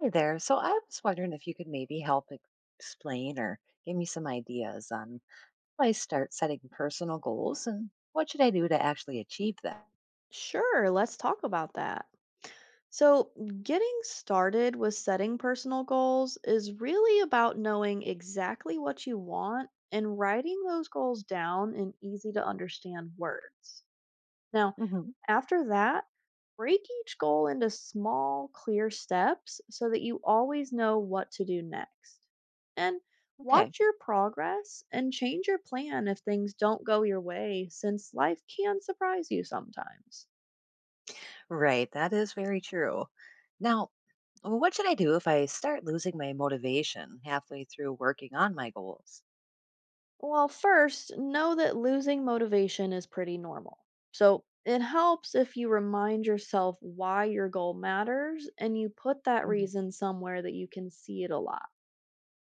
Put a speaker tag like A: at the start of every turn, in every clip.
A: Hey there. So I was wondering if you could maybe help explain or give me some ideas on how I start setting personal goals and what should I do to actually achieve them?
B: Sure, let's talk about that. So, getting started with setting personal goals is really about knowing exactly what you want and writing those goals down in easy to understand words. Now,
A: Hmm.
B: after that, break each goal into small, clear steps so that you always know what to do next. And
A: Okay.
B: watch your progress and change your plan if things don't go your way, since life can surprise you sometimes.
A: Right. That is very true. Now, what should I do if I start losing my motivation halfway through working on my goals?
B: Well, first, know that losing motivation is pretty normal. So it helps if you remind yourself why your goal matters and you put that
A: Hmm.
B: reason somewhere that you can see it a lot.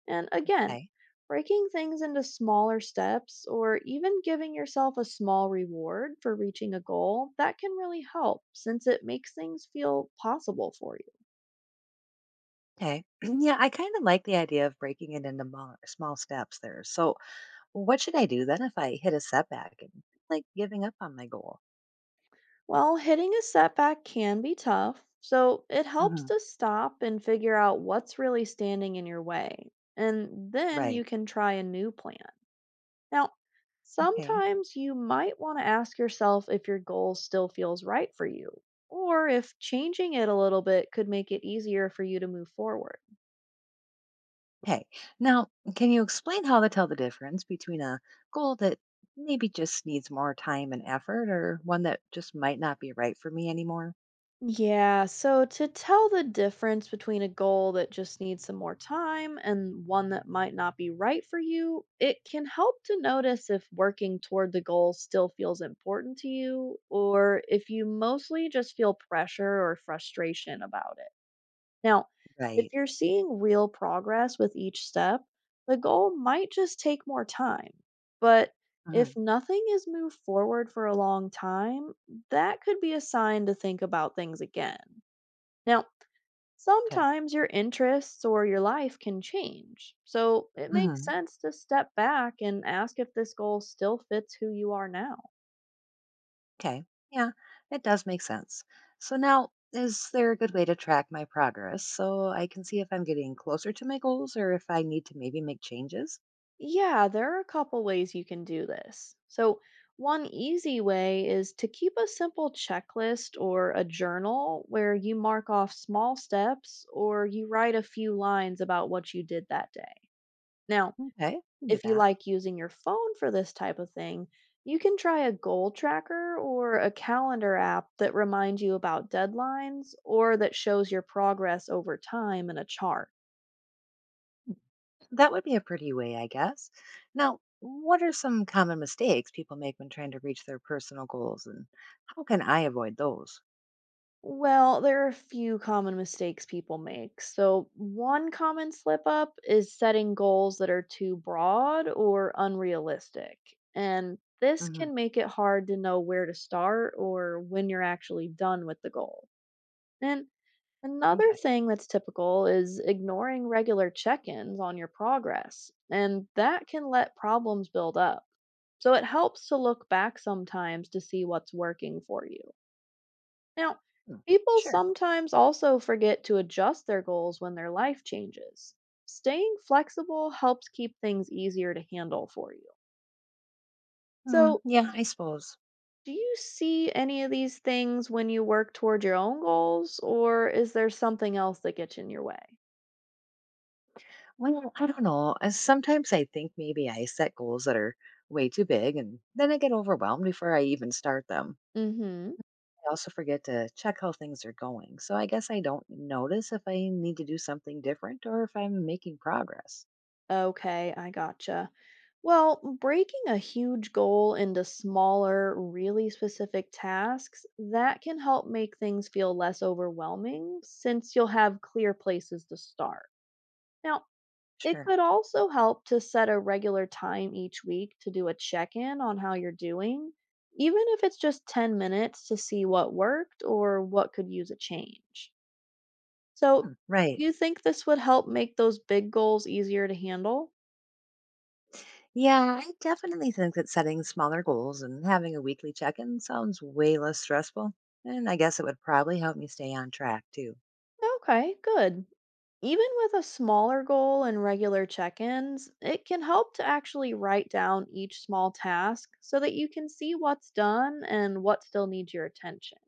B: And again,
A: Okay.
B: breaking things into smaller steps or even giving yourself a small reward for reaching a goal, that can really help since it makes things feel possible for you.
A: Okay. Yeah, I kind of like the idea of breaking it into small steps there. So, what should I do then if I hit a setback and like giving up on my goal?
B: Well, hitting a setback can be tough, so it helps
A: Hmm.
B: to stop and figure out what's really standing in your way. And then you
A: Right.
B: can try a new plan. Now,
A: Okay.
B: sometimes you might want to ask yourself if your goal still feels right for you, or if changing it a little bit could make it easier for you to move forward.
A: Hey, now, can you explain how to tell the difference between a goal that maybe just needs more time and effort or one that just might not be right for me anymore?
B: Yeah, so to tell the difference between a goal that just needs some more time and one that might not be right for you, it can help to notice if working toward the goal still feels important to you or if you mostly just feel pressure or frustration about it. Now, if
A: Right.
B: you're seeing real progress with each step, the goal might just take more time. But
A: Hmm.
B: if nothing is moved forward for a long time, that could be a sign to think about things again. Now,
A: Okay.
B: sometimes your interests or your life can change, so it makes
A: Hmm.
B: sense to step back and ask if this goal still fits who you are now.
A: Okay. Yeah, it does make sense. So now, is there a good way to track my progress so I can see if I'm getting closer to my goals or if I need to maybe make changes?
B: Yeah, there are a couple ways you can do this. So, one easy way is to keep a simple checklist or a journal where you mark off small steps or you write a few lines about what you did that day. Now,
A: Okay, I can do
B: if you
A: that.
B: like using your phone for this type of thing, you can try a goal tracker or a calendar app that reminds you about deadlines or that shows your progress over time in a chart.
A: That would be a pretty way, I guess. Now, what are some common mistakes people make when trying to reach their personal goals, and how can I avoid those?
B: Well, there are a few common mistakes people make. So, one common slip up is setting goals that are too broad or unrealistic. And this
A: Hmm.
B: can make it hard to know where to start or when you're actually done with the goal. And another
A: Okay.
B: thing that's typical is ignoring regular check ins on your progress, and that can let problems build up. So, it helps to look back sometimes to see what's working for you. Now,
A: Hmm.
B: people
A: Sure.
B: sometimes also forget to adjust their goals when their life changes. Staying flexible helps keep things easier to handle for you.
A: Mm,
B: So,
A: yeah, I suppose.
B: do you see any of these things when you work toward your own goals, or is there something else that gets in your way?
A: Well, I don't know. Sometimes I think maybe I set goals that are way too big, and then I get overwhelmed before I even start them.
B: Mm hmm.
A: I also forget to check how things are going, so I guess I don't notice if I need to do something different or if I'm making progress.
B: Okay, I gotcha. Well, breaking a huge goal into smaller, really specific tasks, that can help make things feel less overwhelming since you'll have clear places to start. Now, it
A: Sure.
B: could also help to set a regular time each week to do a check in on how you're doing, even if it's just 10 minutes to see what worked or what could use a change. So,
A: Hmm.
B: do
A: Right.
B: you think this would help make those big goals easier to handle?
A: Yeah, I definitely think that setting smaller goals and having a weekly check in sounds way less stressful. And I guess it would probably help me stay on track too.
B: Okay, good. Even with a smaller goal and regular check ins, it can help to actually write down each small task so that you can see what's done and what still needs your attention.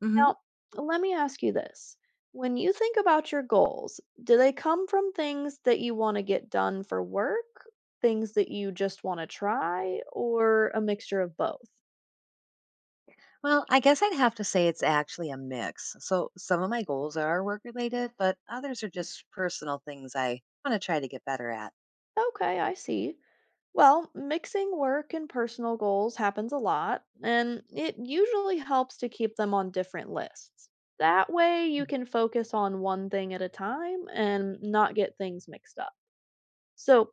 A: Hmm.
B: Now, let me ask you this. When you think about your goals, do they come from things that you want to get done for work, things that you just want to try, or a mixture of both?
A: Well, I guess I'd have to say it's actually a mix. So some of my goals are work related, but others are just personal things I want to try to get better at.
B: Okay, I see. Well, mixing work and personal goals happens a lot, and it usually helps to keep them on different lists. That way, you
A: Mm.
B: can focus on one thing at a time and not get things mixed up. So,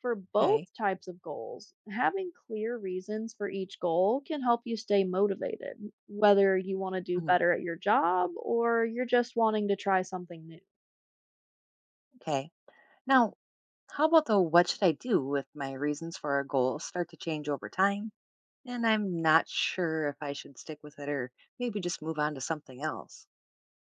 B: for both
A: Okay.
B: types of goals, having clear reasons for each goal can help you stay motivated, whether you want to do
A: Hmm.
B: better at your job or you're just wanting to try something new.
A: Okay. Now, how about the what should I do if my reasons for a goal start to change over time? And I'm not sure if I should stick with it or maybe just move on to something else.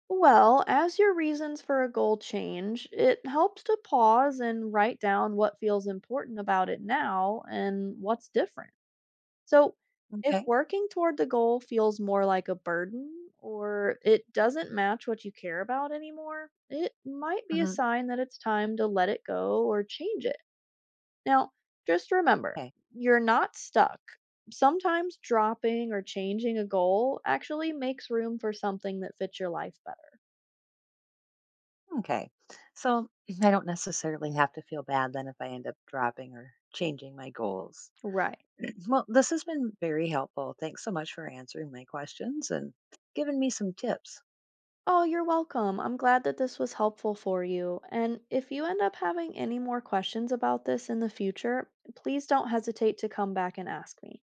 B: Well, as your reasons for a goal change, it helps to pause and write down what feels important about it now and what's different. So, if
A: Okay.
B: working toward the goal feels more like a burden or it doesn't match what you care about anymore, it might be a
A: Hmm.
B: sign that it's time to let it go or change it. Now, just remember,
A: Okay.
B: you're not stuck. Sometimes dropping or changing a goal actually makes room for something that fits your life better.
A: Okay. So I don't necessarily have to feel bad then if I end up dropping or changing my goals.
B: Right.
A: Well, this has been very helpful. Thanks so much for answering my questions and giving me some tips.
B: Oh, you're welcome. I'm glad that this was helpful for you. And if you end up having any more questions about this in the future, please don't hesitate to come back and ask me.